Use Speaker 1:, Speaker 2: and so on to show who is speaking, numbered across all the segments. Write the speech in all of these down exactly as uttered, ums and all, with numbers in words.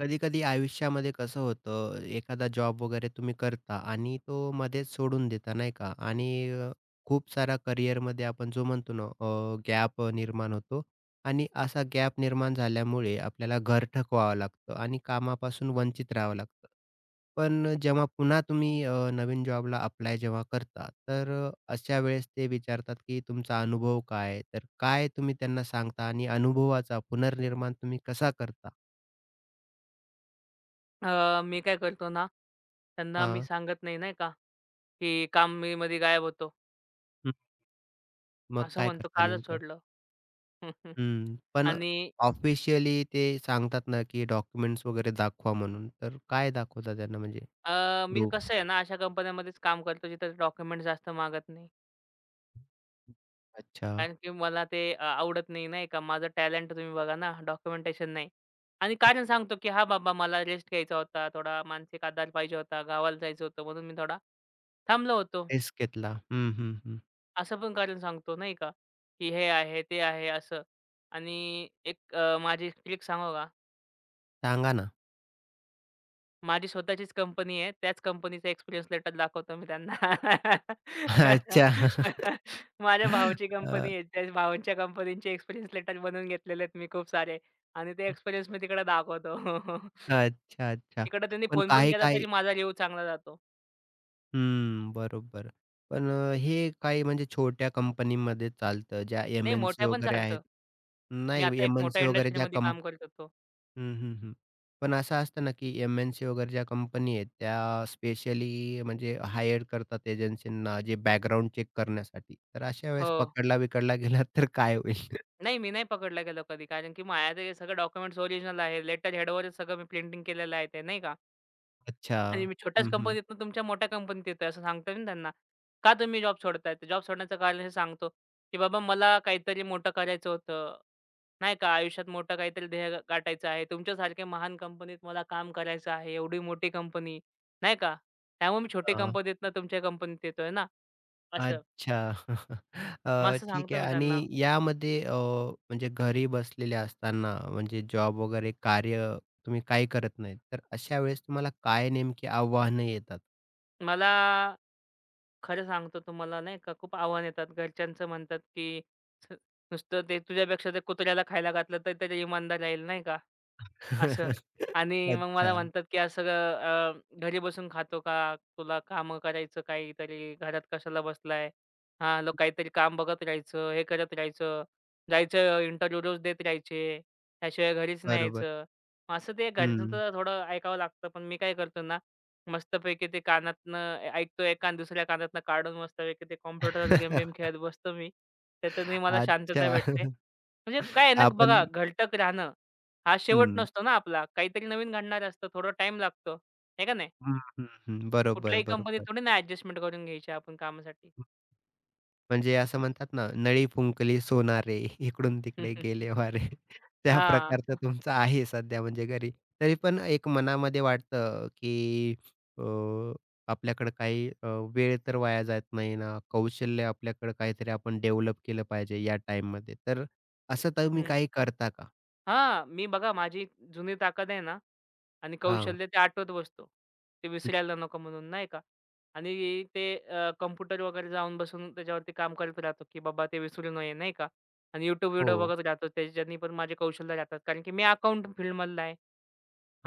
Speaker 1: कधी-कधी आयुष्यामध्ये कसं होतं, एखादा जॉब वगैरे तुम्ही करता आणि तो मध्येच सोडून देता, नाही का? आणि अ, खूप सारा करिअरमध्ये आपण जो म्हणतो ना अ, गॅप निर्माण होतो आणि असा गॅप निर्माण झाल्यामुळे आपल्याला घर ठकवावं लागतं आणि कामापासून वंचित राहावं लागतं. पण जेव्हा पुन्हा तुम्ही अ, नवीन जॉबला अप्लाय जेव्हा करता, तर अ, अशा वेळेस ते विचारतात, की तुमचा अनुभव काय तर काय तुम्ही त्यांना सांगता आणि अनुभवाचा पुनर्निर्माण तुम्ही कसा करता?
Speaker 2: अ, मी काय करतो ना, त्यांना मी
Speaker 1: हां.
Speaker 2: सांगत नाही, नाही का, की कामामध्ये गायब होतो.
Speaker 1: मग
Speaker 2: असं
Speaker 1: काय
Speaker 2: म्हणतो
Speaker 1: करता
Speaker 2: कालच
Speaker 1: नेमकं?
Speaker 2: सोडलं.
Speaker 1: हं. पण
Speaker 2: आणि
Speaker 1: ऑफिशियली ते सांगतात ना, की डॉक्युमेंट्स वगैरे दाखवा म्हणून. तर काय दाखवता त्यांना म्हणजे
Speaker 2: अ, मी
Speaker 1: प्रूफ?
Speaker 2: कसं आहे ना, अशा कंपन्यांमध्येच काम करतो जिथं डॉक्युमेंट जास्त मागत नाही.
Speaker 1: अच्छा.
Speaker 2: कारण की मला ते अ, आवडत नाही, नाही का. माझं टॅलेंट तुम्ही बघा ना, डॉक्युमेंटेशन नाही. आणि कारण सांगतो, की "हां बाबा, मला रेस्ट घ्यायचा होता. थोडा मानसिक आधार पाहिजे होता. गावाला जायचं होतं म्हणून मी थोडा थांबलो होतो."
Speaker 1: रिस्क घेतला. हं, हं, हं.
Speaker 2: असं पण कारण सांगतो नाही का, की हे आहे, ते आहे असं. आणि एक अ, माझी ट्रिक सांगू का?
Speaker 1: सांगा ना.
Speaker 2: माझी स्वतःचीच कंपनी आहे. त्याच कंपनीचा एक्सपिरियन्स लेटर दाखवतो मी त्यांना.
Speaker 1: अच्छा.
Speaker 2: माझ्या भावाची
Speaker 1: अ,
Speaker 2: कंपनी आहे. त्या भावांच्या कंपनीचे एक्सपिरियन्स लेटर बनवून घेतलेले आहेत मी खूप सारे आणि ते एक्सपिरियन्स मी तिकडे दाखवतो.
Speaker 1: अच्छा, अच्छा.
Speaker 2: तिकडे त्यांनी
Speaker 1: पण
Speaker 2: फोन पण केला
Speaker 1: काही-काही
Speaker 2: तरी माझा रिव्ह्यू चांगला जातो.
Speaker 1: हं, बरोबर. पण अ, हे काही म्हणजे छोट्या कंपनीमध्ये चालतं, ज्या
Speaker 2: नाही,
Speaker 1: एम-एन-सी
Speaker 2: मोठ्या पण
Speaker 1: वगैरे आहेत.
Speaker 2: चालतं. मी
Speaker 1: नाही
Speaker 2: आता एक मोठ्या
Speaker 1: एम-एन-सी वगैरे ज्या
Speaker 2: इंडस्ट्रीमध्ये काम करत होतो.
Speaker 1: हं, हं, हं. पण असं असतं ना, की एम-एन-सी वगैरे ज्या कंपनी आहेत, त्या स्पेशली म्हणजे हायर करतात एजन्सींना जे बॅकग्राऊंड चेक करण्यासाठी. तर अशा
Speaker 2: हो.
Speaker 1: वेळेस पकडला-बिकडला गेला तर काय होईल?
Speaker 2: नाही, मी नाही पकडला गेलो कधी. कारण की माझ्याकडे सगळे डॉक्युमेंट्स ओरिजिनल आहे. लेटर हेडवरच सगळं मी प्रिंटिंग केलेलं आहे ते, नाही का.
Speaker 1: अच्छा.
Speaker 2: आणि मी छोट्याच
Speaker 1: हं, हं.
Speaker 2: कंपनीतनं तुमच्या मोठ्या कंपनीत येतोय असं सांगतोय मी त्यांना. का तुम्ही जॉब सोडताय? तर जॉब सोडण्याचं कारण हे सांगतो, की बाबा मला काहीतरी मोठं करायचं होतं, नाही का. आयुष्यात मोठं काहीतरी ध्येय ग गाठायचं आहे. तुमच्यासारख्या महान कंपनीत मला काम करायचं आहे. एवढी मोठी कंपनी, नाही का. त्यामुळे मी छोट्या
Speaker 1: हां.
Speaker 2: कंपनीतनं तुमच्या कंपनीत येतोय ना, असं.
Speaker 1: अच्छा.
Speaker 2: मग
Speaker 1: अ,
Speaker 2: असं
Speaker 1: ठीक
Speaker 2: सांगतो
Speaker 1: आहे
Speaker 2: मी त्यांना.
Speaker 1: आणि यामध्ये अ, म्हणजे घरी बसलेले असताना म्हणजे जॉब वगैरे कार्य तुम्ही काही करत नाहीत. तर अशा वेळेस तुम्हाला काय नेमकी आव्हानं येतात?
Speaker 2: मला खरं सांगतो तुम्हाला नाही का, खूप आव्हान येतात. घरच्यांचं म्हणतात, की "छ, नुसतं ते तुझ्यापेक्षा ते कुत्र्याला खायला घातलं तर त्याची इमानदार राहील." नाही का? असं. आणि मग मला
Speaker 1: अच्छा.
Speaker 2: म्हणतात, की "असं अ, घरी बसून खातो का? तुला कामं करायचं काहीतरी, घरात कशाला बसलाय? हां, लो काहीतरी काम बघत राहायचं, हे करत राहायचं, जायचं इंटरव्ह्यू रोज देत राहायचे, त्याशिवाय घरीच नाही
Speaker 1: बरोबर.
Speaker 2: यायचं." मग असं ते
Speaker 1: हं.
Speaker 2: घरच्यांचं थोडं ऐकावं लागतं. पण मी काय करतो ना, मस्तपैकी ते कानातनं ऐ ऐकतो एक कान, दुसऱ्या कानातनं काढून मस्तपैकी ते कॉम्प्युटरवर गेम-बेम खेळत बसतो मी. त्याच्याने मला
Speaker 1: अच्छा.
Speaker 2: शांतता भेटते. म्हणजे काय आहे ना,
Speaker 1: आपण
Speaker 2: बघा घरटक राहणं हा शेवट
Speaker 1: हं.
Speaker 2: नसतो ना आपला. काहीतरी नवीन घडणार असतं. थोडा टाइम लागतो. आहे का नाही?
Speaker 1: हं, हं, हं. बरोबर,
Speaker 2: कुठल्याही कंपनीत
Speaker 1: बरोबर.
Speaker 2: थोडी ना ॲडजस्टमेंट करून घ्यायची आपण कामासाठी.
Speaker 1: म्हणजे असं म्हणतात ना, नळी फुंकली सोनारे, इकडून-तिकडे गेले वारे. त्या
Speaker 2: हां.
Speaker 1: प्रकारचं तुमचं आहे सध्या म्हणजे घरी. तरी पण एक मनामध्ये वाटतं, की अ, आपल्याकडे काही अ, वेळ तर वाया जात नाही ना, कौशल्य आपल्याकडे काहीतरी आपण डेव्हलप केलं पाहिजे या टाईममध्ये. तर असं तुम्ही
Speaker 2: हं.
Speaker 1: काही करता का?
Speaker 2: हां, मी बघा माझी जुनी ताकद आहे ना आणि
Speaker 1: हां.
Speaker 2: कौशल्य ते आठवत बसतो. ते विसरायला नको म्हणून नाही का? आणि ते अ, कॉम्प्युटर वगैरे जाऊन बसून त्याच्यावरती काम करत राहतो, की बाबा ते विसरू नये नाही का? आणि YouTube
Speaker 1: हो.
Speaker 2: व्हिडिओ बघत राहतो त्याच्यानी पण माझे कौशल्य राहतात. कारण की मी अकाउंट फील्डमधला आहे.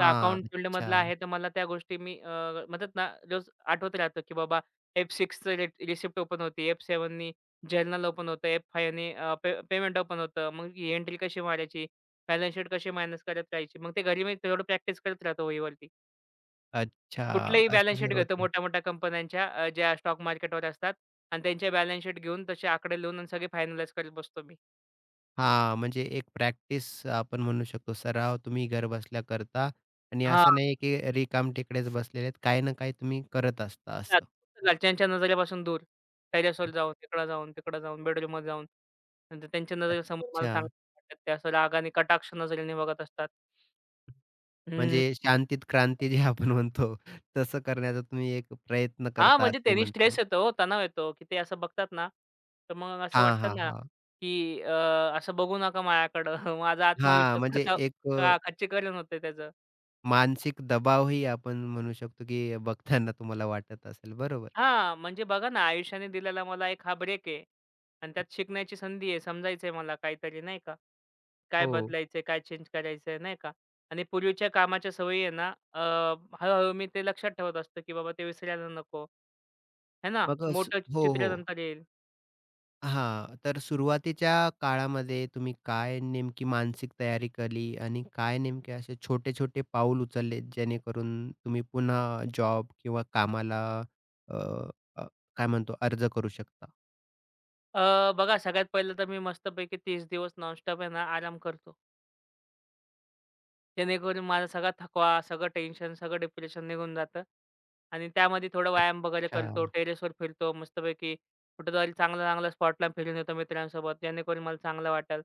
Speaker 2: तर अकाउंट फील्डमधला
Speaker 1: अच्छा.
Speaker 2: आहे तर मला त्या गोष्टी मी अ, म्हणतात ना रोज आठवत राहतं, की बाबा F6चं रि रिसिप्ट ओपन होते, F7नी जर्नल ओपन होतं, F5नी अ, पे पेमेंट ओपन होतं. मग ही एंट्री कशी मारायची? बॅलन्स शीट कशी मॅनेज करत राहायची. मग ते घरी मी थोडं प्रॅक्टिस करत राहतो वहीवरती.
Speaker 1: अच्छा.
Speaker 2: कुठलंही
Speaker 1: असं
Speaker 2: बॅलन्स शीट
Speaker 1: सर्व
Speaker 2: घेतो मोठ्या-मोठ्या कंपन्यांच्या अ, ज्या स्टॉक मार्केटवर असतात आणि त्यांचे बॅलन्स शीट घेऊन तसे आकडे लिहून आणि सगळे फायनलाईज करत बसतो मी.
Speaker 1: हां, म्हणजे एक प्रॅक्टिस आपण म्हणू शकतो. सराव तुम्ही घरबसल्या करता आणि
Speaker 2: हां.
Speaker 1: असं नाही की रिकामटेकडेच बसलेले आहेत. काही ना काही तुम्ही करत असता असं.
Speaker 2: घरच्यांच्या नजरेपासून दूर. टेरेसवर जाऊन, तिकडं जाऊन, तिकडं जाऊन, बेडरूममध्ये जाऊन. नंतर त्यांच्या नजरेसमोर मला
Speaker 1: अच्छा.
Speaker 2: चांगलं वाटतात. ते असं रागाने, कटाक्ष नजरेने बघत असतात. हं.
Speaker 1: म्हणजे शांतीत क्रांती जी आपण म्हणतो तसं करण्याचा तुम्ही एक प्रयत्न
Speaker 2: हां,
Speaker 1: करता
Speaker 2: म्हणजे
Speaker 1: असे
Speaker 2: त्यांनी
Speaker 1: म्हणता
Speaker 2: स्ट्रेस
Speaker 1: येईल.
Speaker 2: येतो हो, तणाव येतो, की ते असं बघतात ना, तर मग असं
Speaker 1: हां,
Speaker 2: वाटतं
Speaker 1: हां,
Speaker 2: ना,
Speaker 1: हां.
Speaker 2: की अ, असं बघू नका माझ्याकडं. माझा
Speaker 1: हां,
Speaker 2: आत्मविश्वास
Speaker 1: म्हणजे
Speaker 2: खचा
Speaker 1: एक अ,
Speaker 2: का खच्चीकरण होते त्याचं.
Speaker 1: मानसिक दबावही आपण म्हणू शकतो की बघताना तुम्हाला वाटत असेल. बरोबर.
Speaker 2: हा म्हणजे बघा ना, आयुष्याने दिलेला मला एक हा ब्रेक आहे आणि त्यात शिकण्याची संधी आहे. समजायचंय मला काहीतरी नाही का? काय
Speaker 1: हो.
Speaker 2: बदलायचंय, काय चेंज करायचंय नाही का? आणि पूर्वीच्या कामाच्या सवयी आहे ना, अ, हळू मी ते लक्षात ठेवत असतो, की बाबा ते विसरायला नको. आहे ना?
Speaker 1: मग अस
Speaker 2: मोठं
Speaker 1: हो,
Speaker 2: चित्र
Speaker 1: हो.
Speaker 2: नंतर येईल.
Speaker 1: हां, तर सुरुवातीच्या काळामध्ये तुम्ही काय नेमकी मानसिक तयारी केली आणि काय नेमके असे छोटे-छोटे पाऊल उचलले, जेणेकरून तुम्ही पुन्हा जॉब किंवा कामाला अ, अ, काय म्हणतो अर्ज करू शकता?
Speaker 2: अ, बघा सगळ्यात पहिलं तर मी मस्तपैकी तीस दिवस नॉनस्टॉप आहे ना आराम करतो. जेणेकरून माझा सगळा थकवा, सगळं टेन्शन, सगळं डिप्रेशन निघून जातं आणि त्यामध्ये थोडं व्यायाम वगैरे
Speaker 1: अच्छा.
Speaker 2: करतो. टेरेसवर फिरतो मस्तपैकी. कुठेतरी चांगल्या-चांगल्या स्पॉटला फिरून येतो मित्रांसोबत. जेणेकरून मला चांगलं वाटेल.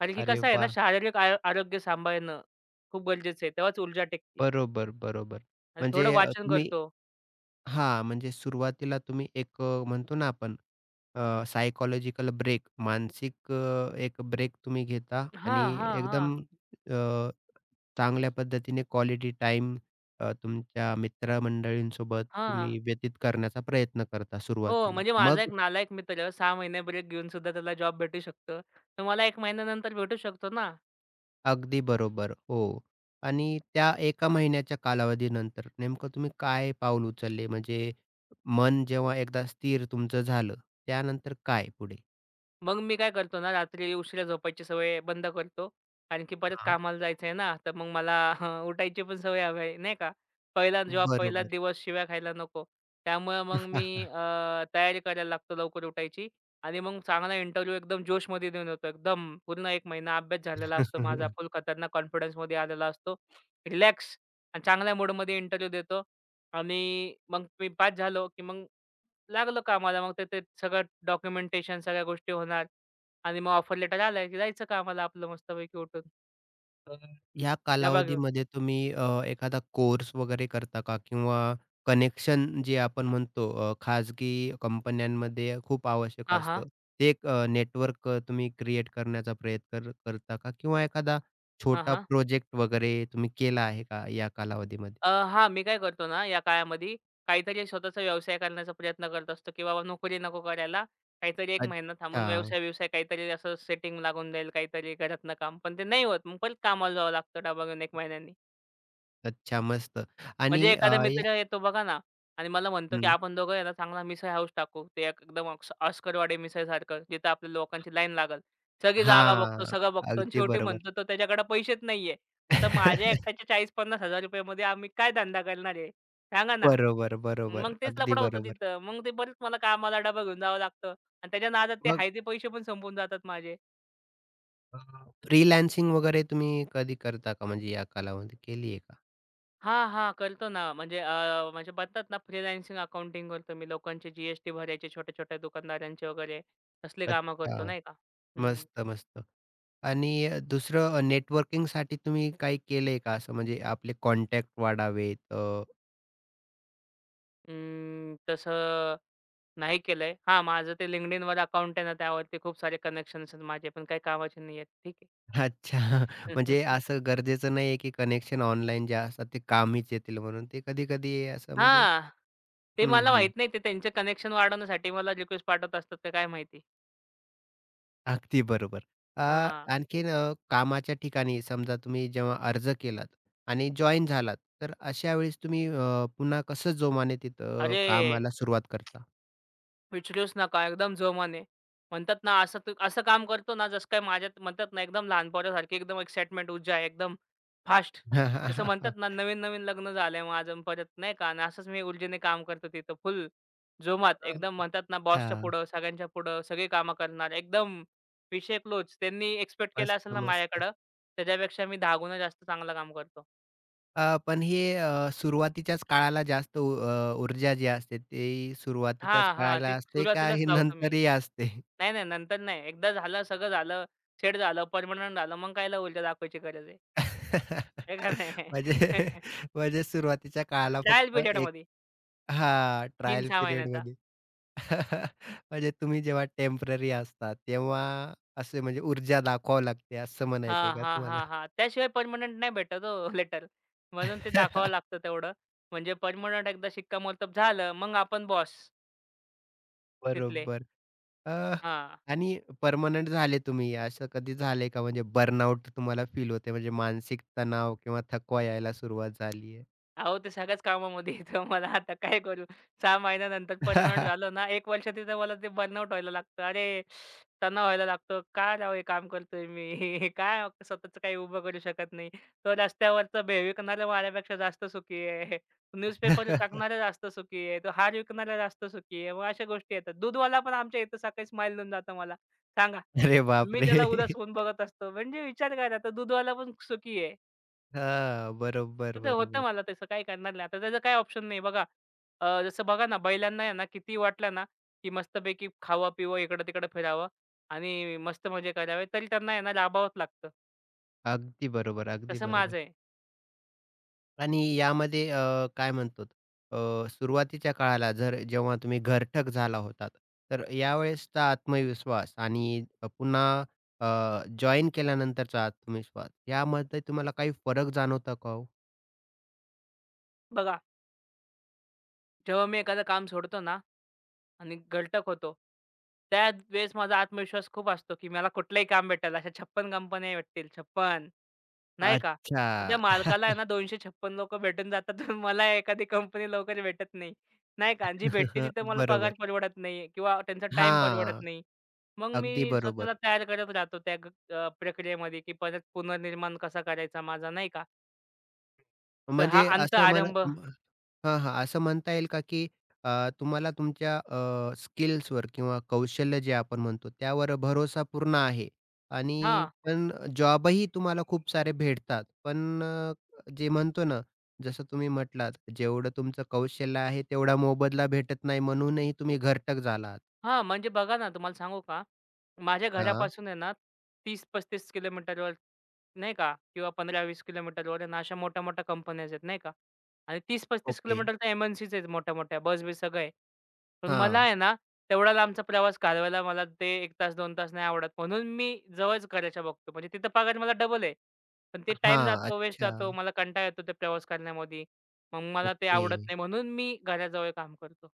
Speaker 2: कारण की
Speaker 1: अरे
Speaker 2: कसं आहे ना,
Speaker 1: वाह!
Speaker 2: शारीरिक आय आरोग्य सांभाळणं खूप गरजेचं आहे. तेव्हाच ऊर्जा टिकते
Speaker 1: बरोबर, बरोबर.
Speaker 2: आणि थोडं
Speaker 1: म्हणजे अ,
Speaker 2: वाचन
Speaker 1: तुम्ही
Speaker 2: करतो.
Speaker 1: हां, म्हणजे सुरुवातीला तुम्ही एक अ, म्हणतो ना आपण अ, ब्रेक मानसिक अ, एक ब्रेक तुम्ही घेता
Speaker 2: हां,
Speaker 1: आणि
Speaker 2: हां, हां.
Speaker 1: एकदम अ, चांगल्या पद्धतीने क्वालिटी टाईम अ, तुमच्या मित्रमंडळींसोबत
Speaker 2: हां.
Speaker 1: तुम्ही व्यतीत करण्याचा प्रयत्न करता
Speaker 2: हो,
Speaker 1: सुरुवातीला.
Speaker 2: म्हणजे माझा एक
Speaker 1: मग
Speaker 2: नालायक मित्र सहा महिने ब्रेक घेऊन सुद्धा त्याला जॉब भेटू शकतो. तर मला एक महिन्यानंतर भेटू शकतो ना.
Speaker 1: अगदी बरोबर. हो. आणि त्या एका महिन्याच्या कालावधीनंतर नेमकं तुम्ही काय पाऊल उचलले? म्हणजे मन जेव्हा एकदा स्थिर तुमचं झालं, त्यानंतर काय पुढे?
Speaker 2: मग मी काय करतो ना, रात्री उशिरा झोपायची सवय बंद करतो. कारण की परत कामाला जायचंय ना, तर मग मला उठायची पण सवय हवी आहे, नाही का. पहिला जॉब, पहिलाच
Speaker 1: बरोबर.
Speaker 2: दिवस शिव्या खायला नको. त्यामुळे मग मी अ, तयारी करायला लागतो लवकर उठायची आणि मग चांगला इंटरव्ह्यू एकदम जोशमध्ये देऊन येतो. एकदम पूर्ण एक महिना अभ्यास झालेला असतो माझा. फुल खतरनाक कॉन्फिडन्समध्ये आलेला असतो. रिलॅक्स आणि चांगल्या मूडमध्ये इंटरव्ह्यू देतो आणि मग मी पास झालो, की मग लागलो कामाला. मग ते ते सगळं डॉक्युमेंटेशन सगळ्या गोष्टी होणार आणि मग ऑफर लेटर आलं, की जायचं कामाला आपलं मस्तपैकी उठून,
Speaker 1: तर ह्या
Speaker 2: डबा घेऊन.
Speaker 1: कालावधीमध्ये तुम्ही अ, एखादा कोर्स वगैरे करता का? किंवा कनेक्शन जे आपण म्हणतो अ, खाजगी कंपन्यांमध्ये खूप आवश्यक
Speaker 2: हां, हां.
Speaker 1: असतं. ते एक अ, नेटवर्क तुम्ही क्रिएट करण्याचा प्रयत्न कर- करता का? किंवा एखादा
Speaker 2: हां,
Speaker 1: छोटा
Speaker 2: हां.
Speaker 1: प्रोजेक्ट वगैरे तुम्ही केला आहे का या कालावधीमध्ये?
Speaker 2: अ, हां, मी काय करतो ना या काळामध्ये काहीतरी स्वतःचा व्यवसाय करण्याचा प्रयत्न करत असतो, की बाबा नोकरी नको करायला. काहीतरी एक महिना
Speaker 1: अच्छा,
Speaker 2: थांबून व्यवसाय-बिवसाय काहीतरी असं सेटिंग लागून जाईल, काहीतरी घरातनं काम. पण ते नाही होत. मग परत कामाला जावं लागतं डबा घेऊन एक महिन्यानी.
Speaker 1: अच्छा मस्त. आणि
Speaker 2: म्हणजे
Speaker 1: अ,
Speaker 2: एखादा
Speaker 1: या
Speaker 2: मित्र येतो बघा ना आणि मला म्हणतो, की
Speaker 1: हं.
Speaker 2: "आपण दोघं आहे ना, चांगला मिसळ हाऊस टाकू." ते एक- एकदम ऑक्स ऑस्करवाडी मिसळसारखं जिथं आपल्या लोकांची लाईन लागल. सगळी जागा बघतो,
Speaker 1: हां,
Speaker 2: सगळं बघतो आणि
Speaker 1: अगदी
Speaker 2: शेवटी
Speaker 1: बरोबर.
Speaker 2: म्हणतो तो, त्याच्याकडे पैसेच नाहीये. आता माझ्या एकट्याच्या ₹चाळीस हजार-पन्नास हजार मध्ये आम्ही काय धंदा करणार आहे? सांगा ना.
Speaker 1: बरोबर, बरोबर.
Speaker 2: मग तेच
Speaker 1: अगदी
Speaker 2: लफडा होतो
Speaker 1: बरोबर.
Speaker 2: तिथं. मग ते परत मला कामाला डबा घेऊन जावं लागतं आणि त्याच्या नादात ते
Speaker 1: मग
Speaker 2: आहे पैसे पण संपून जातात माझे.
Speaker 1: हां. फ्रीलान्सिंग वगैरे तुम्ही कधी करता का? म्हणजे या कालावधी केली आहे का?
Speaker 2: हां, हां. करतो ना. म्हणजे अ, म्हणजे म्हणतात ना, फ्रीलान्सिंग अकाउंटिंग करतो मी. लोकांचे जी एस भरायचे छोट्या-छोट्या दुकानदारांचे वगैरे, तसली कामं करतो
Speaker 1: अच्छा.
Speaker 2: नाही का. हं.
Speaker 1: मस्त, मस्त. आणि अ, दुसरं अ, नेटवर्किंगसाठी तुम्ही काही केलंय का असं? म्हणजे आपले कॉन्टॅक्ट वाढावेत अ, अच्छा.
Speaker 2: अं, तसं नाही केलंय. हां, माझं ते LinkedInवर अकाउंट आहे ना, त्यावरती खूप सारे कनेक्शन आहेत माझे पण काही कामाचे नाही आहेत. ठीक आहे.
Speaker 1: म्हणजे असं गरजेचं नाहीये की कनेक्शन ऑनलाईन जे असतात ते कामीच येतील म्हणून. ते कधी-कधी असं म्हणजे
Speaker 2: हां. ते
Speaker 1: हं,
Speaker 2: मला माहीत
Speaker 1: हं.
Speaker 2: नाही, ते त्यांचे कनेक्शन वाढवण्यासाठी मला रिक्वेस्ट पाठवत असतात का काय माहिती?
Speaker 1: अगदी बरोबर. अ,
Speaker 2: हां.
Speaker 1: आणखीन अ, कामाच्या ठिकाणी समजा तुम्ही जेव्हा अर्ज केलात आणि जॉइन झालात, तर अशा वेळेस तुम्ही अ, पुन्हा कसं जोमाने तिथं
Speaker 2: अरे!
Speaker 1: कामाला सुरुवात करता?
Speaker 2: विचारूच नका. एकदम जोमाने. म्हणतात ना, असं तू असं काम करतो ना, जसं काय माझ्यात म्हणतात ना एकदम लहान, एकदम एक्साइटमेंट, ऊर्जा आहे, एकदम फास्ट. जसं म्हणतात ना, नवीन-नवीन लग्न झालंय माझं अन् परत नाही का, आणि असंच मी ऊर्जेने काम करतो तिथं फुल जोमात. एकदम म्हणतात ना, बॉसच्या
Speaker 1: अच्छा.
Speaker 2: पुढं, सगळ्यांच्या पुढं सगळी कामं करणार. एकदम विषय क्लोज. त्यांनी एक्स्पेक्ट केलं
Speaker 1: मस्त,
Speaker 2: असेल ना
Speaker 1: मस्त.
Speaker 2: माझ्याकडं, त्याच्यापेक्षा मी दहा गुणा जास्त चांगलं काम करतो.
Speaker 1: अ, पण हे अ, सुरुवातीच्याच काळाला जास्त ऊ अ, ऊर्जा जी असते ती सुरुवातीच्याच
Speaker 2: हां, हां.
Speaker 1: काळाला
Speaker 2: ती
Speaker 1: असते का
Speaker 2: सुरुवातीलाच
Speaker 1: हे
Speaker 2: लावतो मी.
Speaker 1: नंतरही असते?
Speaker 2: नाही, नाही. नंतर नाही. एकदा झालं, सगळं झालं, सेट झालं, परमनंट झालं, मग कायला ऊर्जा दाखवायची गरज आहे. आहे का नाही?
Speaker 1: म्हणजे म्हणजे सुरुवातीच्या काळाला
Speaker 2: ट्रायल
Speaker 1: फक्त एक
Speaker 2: पिरियडमध्ये
Speaker 1: हां, ट्रायल
Speaker 2: तीन ते सहा महिन्याचा.
Speaker 1: पिरियडमध्ये. म्हणजे तुम्ही जेव्हा टेम्पररी असता, तेव्हा असे म्हणजे ऊर्जा दाखवावी लागते असं
Speaker 2: हां,
Speaker 1: म्हणायचंय का
Speaker 2: हां, हां,
Speaker 1: तुम्हाला?
Speaker 2: हां. त्याशिवाय परमनंट नाही भेटत हो लेटर. म्हणून ते दाखवावं लागतं तेवढं. म्हणजे परमनंट एकदा शिक्कामोर्तब झालं, मग आपण बॉस तिथले.
Speaker 1: बरोबर. अ,
Speaker 2: हां.
Speaker 1: आणि पर्मनंट झाले तुम्ही, असं कधी झालंय का म्हणजे बर्नआउट तुम्हाला फील होते म्हणजे मानसिक तणाव किंवा थकवा यायला सुरुवात झाली
Speaker 2: अहो, ते सगळ्याच कामामध्ये येतं, मला आता काय करू? सहा महिन्यानंतर पर्मनंट झालो ना, एक वर्ष तिथं मला ते बर्नआउट व्हायला लागतं. अरे, तणाव व्हायला लागतो. "काय राव हे काम करतोय मी? काय हो, स्वतःचं काही उभं करू शकत नाही." तो रस्त्यावरचा भेळ विकणारा माझ्यापेक्षा जास्त सुखी आहे. न्यूजपेपर टाकणारा जास्त सुखी आहे. तो हार विकणारा जास्त सुखी आहे. मग अशा गोष्टी येतात. दूधवाला पण आमच्या इथं सकाळी स्माईल देऊन जातो मला. सांगा.
Speaker 1: अरे
Speaker 2: मी त्याला
Speaker 1: बापरे!
Speaker 2: उदास होऊन बघत असतो. म्हणजे विचार करा, तो दूधवाला पण सुखी आहे.
Speaker 1: हां, बरोबर,
Speaker 2: तर ते होतं
Speaker 1: बरोबर.
Speaker 2: मला, तसं काय करणार नाही. आता त्याचं काही ऑप्शन नाही बघा. अ, जसं बघा ना बैलांना आहे ना, किती वाटलं ना, की मस्तपैकी खावं-पिवं, इकडं-तिकडं फिरावं आणि मस्त मजे करावे, तरी त्यांना आहे ना लाबावंच लागतं.
Speaker 1: अगदी बरोबर, अगदी
Speaker 2: तसं
Speaker 1: बरोबर.
Speaker 2: माझं आहे.
Speaker 1: आणि यामध्ये अ, काय म्हणतो अ, सुरुवातीच्या काळाला जर जेव्हा तुम्ही घरठक झाला होतात, तर यावेळेसचा आत्मविश्वास आणि अ, पुन्हा अ, जॉइन केल्यानंतरचा आत्मविश्वास यामध्ये तुम्हाला काही फरक जाणवता का हो?
Speaker 2: बघा, जेव्हा मी एखादं काम सोडतो ना आणि गलटक होतो, त्याच वेळेस माझा आत्मविश्वास खूप असतो, की मला कुठलंही काम भेटेल. अशा छप्पन कंपन्या भेटतील, छप्पन नाही का? तर त्या
Speaker 1: अच्छा.
Speaker 2: मालकाला आहे ना दोनशे छप्पन लोकं भेटून जातात. तर मला एखादी कंपनी लवकर भेटत नाही, नाही का? आणि जी भेटते तिथं मला
Speaker 1: बरोबर.
Speaker 2: पगार परवडत नाही किंवा त्यांचा टाईम परवडत
Speaker 1: हां,
Speaker 2: नाही. मग
Speaker 1: अगदी
Speaker 2: मी स्वतःला
Speaker 1: बरोबर.
Speaker 2: तयार करत राहतो त्या ग अ, प्रक्रियेमध्ये, की परत पुनर्निर्माण कसा करायचा माझा, नाही का? तर हा
Speaker 1: म्हणजे
Speaker 2: अंत
Speaker 1: असं मला
Speaker 2: आरंभ.
Speaker 1: हां, हां. असं म्हणता येईल का, की अ, तुम्हाला तुमच्या अ, स्किल्सवर किंवा कौशल्य जे आपण म्हणतो, त्यावर भरोसा पूर्ण आहे आणि
Speaker 2: हां.
Speaker 1: पण जॉबही तुम्हाला खूप सारे भेटतात. पण अ, जे म्हणतो ना, जसं तुम्ही म्हटलात, जेवढं तुमचं कौशल्य आहे, तेवढा मोबदला भेटत नाही, म्हणूनही तुम्ही घरटक झालात.
Speaker 2: हां, म्हणजे बघा ना, तुम्हाला सांगू का? माझ्या
Speaker 1: हां,
Speaker 2: घरापासून आहे ना तीस पस्तीस किलोमीटरवर नाही का, किंवा पंधरा वीस किलोमीटरवर आहे ना, अशा मोठ्या-मोठ्या कंपन्याज आहेत, नाही का? आणि तीस पस्तीस
Speaker 1: ओके.
Speaker 2: किलोमीटर तर एम-एन-सीच आहेत मोठ्या-मोठ्या, बस-बीस सगळं आहे. पण मला
Speaker 1: हां,
Speaker 2: आहे ना, तेवढा लांबचा प्रवास घालवायला मला ते एक तास, दोन तास नाही आवडत. म्हणून मी जवळच करायच्या बघतो. म्हणजे तिथं पगार मला डबल आहे. पण ते टाईम
Speaker 1: हां.
Speaker 2: जातो, वेस्ट जातो.
Speaker 1: अच्छा.
Speaker 2: मला कंटाळा येतो ते प्रवास करण्यामध्ये. मग मला ते
Speaker 1: ओके.
Speaker 2: आवडत नाही. म्हणून मी घराजवळ काम करतो.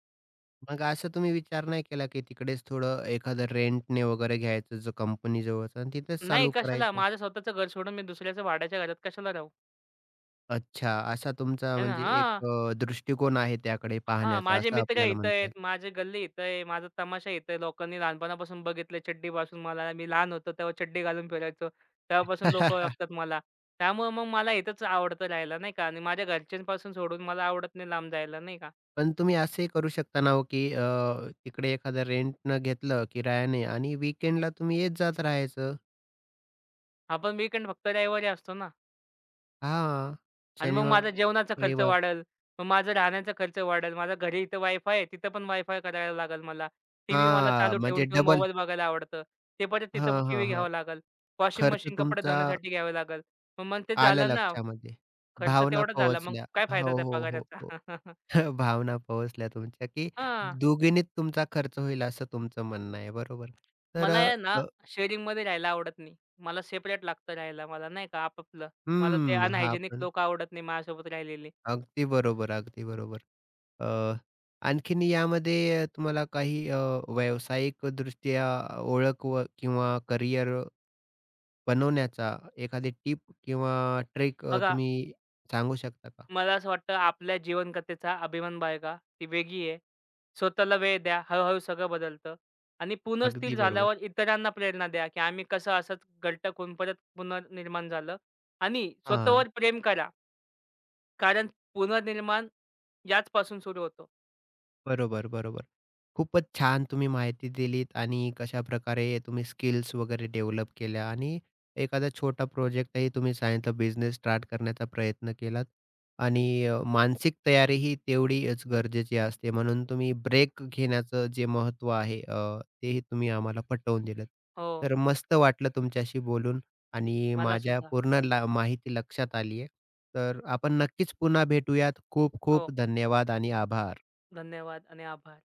Speaker 1: मग असं तुम्ही विचार नाही केला, की तिकडेच थोडं एखादं रेंटने वगैरे घ्यायचं जो कंपनी जवळचा आणि तिथेच
Speaker 2: नाही,
Speaker 1: चालू
Speaker 2: कशाला
Speaker 1: करायचं?
Speaker 2: माझं स्वतःचं घर सोडून मी दुसऱ्याच्या भाड्याच्या घरात कशाला राहू?
Speaker 1: अच्छा, असा तुमचा
Speaker 2: आहे ना,
Speaker 1: म्हणजे एक
Speaker 2: हां.
Speaker 1: अ, दृष्टिकोन आहे त्याकडे
Speaker 2: हां,
Speaker 1: पाहण्याचा
Speaker 2: माझे
Speaker 1: असं
Speaker 2: मित्र
Speaker 1: आपल्याला
Speaker 2: इथं
Speaker 1: म्हणता
Speaker 2: आहेत,
Speaker 1: येईल.
Speaker 2: माझी गल्ली इथं आहे, माझा तमाशा इथं आहे. लोकांनी लहानपणापासून बघितलंय चड्डीपासून मला. मी लहान होतो तेव्हा चड्डी घालून फिरायचो. तेव्हापासून लोकं ओळखतात मला. त्यामुळे मग मला इथंच आवडतं राहायला नाही का, आणि माझ्या घरच्यांपासून सोडून मला आवडत नाही लांब जायला नाही का.
Speaker 1: पण तुम्ही असंही करू शकता ना हो, की अ, तिकडे एखादं रेंटनं घेतलं किरायाने आणि वीकेंडला तुम्ही येत जात राहायचं.
Speaker 2: हा पण फक्त रविवारी असतो ना.
Speaker 1: हां,
Speaker 2: आणि मग
Speaker 1: शनिवार,
Speaker 2: माझा जेवणाचा खर्च
Speaker 1: रविवार.
Speaker 2: वाढेल. मग माझा राहण्याचा खर्च वाढेल. माझ्या घरी इथं वायफाय आहे, तिथं पण वायफाय करायला लागेल मला. टीव्ही मला
Speaker 1: हां,
Speaker 2: चालू
Speaker 1: म्हणजे
Speaker 2: ठेवून-ठेवून
Speaker 1: डबल
Speaker 2: मोबाईल बघायला आवडतं. ते परत तिथं
Speaker 1: हां, हां,
Speaker 2: टीव्ही
Speaker 1: हां.
Speaker 2: घ्यावं लागेल. वॉशिंग
Speaker 1: खर्च
Speaker 2: मशीन कपडे
Speaker 1: तुमचा
Speaker 2: धुण्यासाठी घ्यावी लागेल. मग मग ते
Speaker 1: आलं
Speaker 2: झालं ना,
Speaker 1: लक्षामध्ये.
Speaker 2: खर्च
Speaker 1: भावना
Speaker 2: तेवढाच झाला. मग
Speaker 1: पोहोचल्या.
Speaker 2: काय फायदा
Speaker 1: हो,
Speaker 2: त्या
Speaker 1: हो, हो, हो.
Speaker 2: पगाराचा?
Speaker 1: भावना पोहोचल्या तुमच्या, की
Speaker 2: हां.
Speaker 1: दुगिणीत तुमचा खर्च होईल असं तुमचं म्हणणं आहे. बरोबर. तर
Speaker 2: मला
Speaker 1: अ,
Speaker 2: आहे ना,
Speaker 1: अ,
Speaker 2: शेअरिंगमध्ये राहायला आवडत नाही. मला सेपरेट लागतं राहायला मला नाही का, आपापलं. मला ते
Speaker 1: हं, हा
Speaker 2: अनहायजेनिक
Speaker 1: पण
Speaker 2: लोकं आवडत नाही माझ्यासोबत राहिलेले.
Speaker 1: अगदी बरोबर, अगदी बरोबर. अ, आणखीन यामध्ये अ, तुम्हाला काही अ, व्यावसायिकदृष्ट्या ओळख व किंवा करियर बनवण्याचा एखादी टिप किंवा ट्रिक
Speaker 2: बघा,
Speaker 1: तुम्ही सांगू शकता का?
Speaker 2: मला असं वाटतं, आपल्या जीवनकथेचा अभिमान बाळगा. ती वेगळी आहे. स्वतःला वेळ द्या. हळू-हळू सगळं बदलतं आणि पुनःस्थिर
Speaker 1: अगदी बरोबर.
Speaker 2: झाल्यावर इतरांना प्रेरणा द्या, की आम्ही कसं असंच गलटक होऊन परत पुनर्निर्माण झालं. आणि
Speaker 1: हां.
Speaker 2: स्वतःवर प्रेम करा. कारण पुनर्निर्माण याचपासून सुरू होतो.
Speaker 1: बरोबर, बरोबर. खूपच छान तुम्ही माहिती दिलीत आणि कशाप्रकारे तुम्ही स्किल्स वगैरे डेव्हलप केल्या आणि एखादा छोटा प्रोजेक्टही तुम्ही सांगितलं बिझनेस स्टार्ट करण्याचा प्रयत्न केलात आणि अ, मानसिक तयारी ही तेवढीच गरजेची असते. म्हणून तुम्ही ब्रेक घेण्याचं जे महत्त्व आहे अ, तेही तुम्ही आम्हाला पटवून दिलंत.
Speaker 2: हो,
Speaker 1: तर मस्त वाटलं तुमच्याशी बोलून आणि
Speaker 2: मला
Speaker 1: माझ्या
Speaker 2: सुद्धा.
Speaker 1: पूर्ण ला माहिती लक्षात आली आहे. तर आपण नक्कीच पुन्हा भेटूयात. खूप खूप
Speaker 2: हो,
Speaker 1: धन्यवाद आणि आभार.
Speaker 2: धन्यवाद आणि आभार.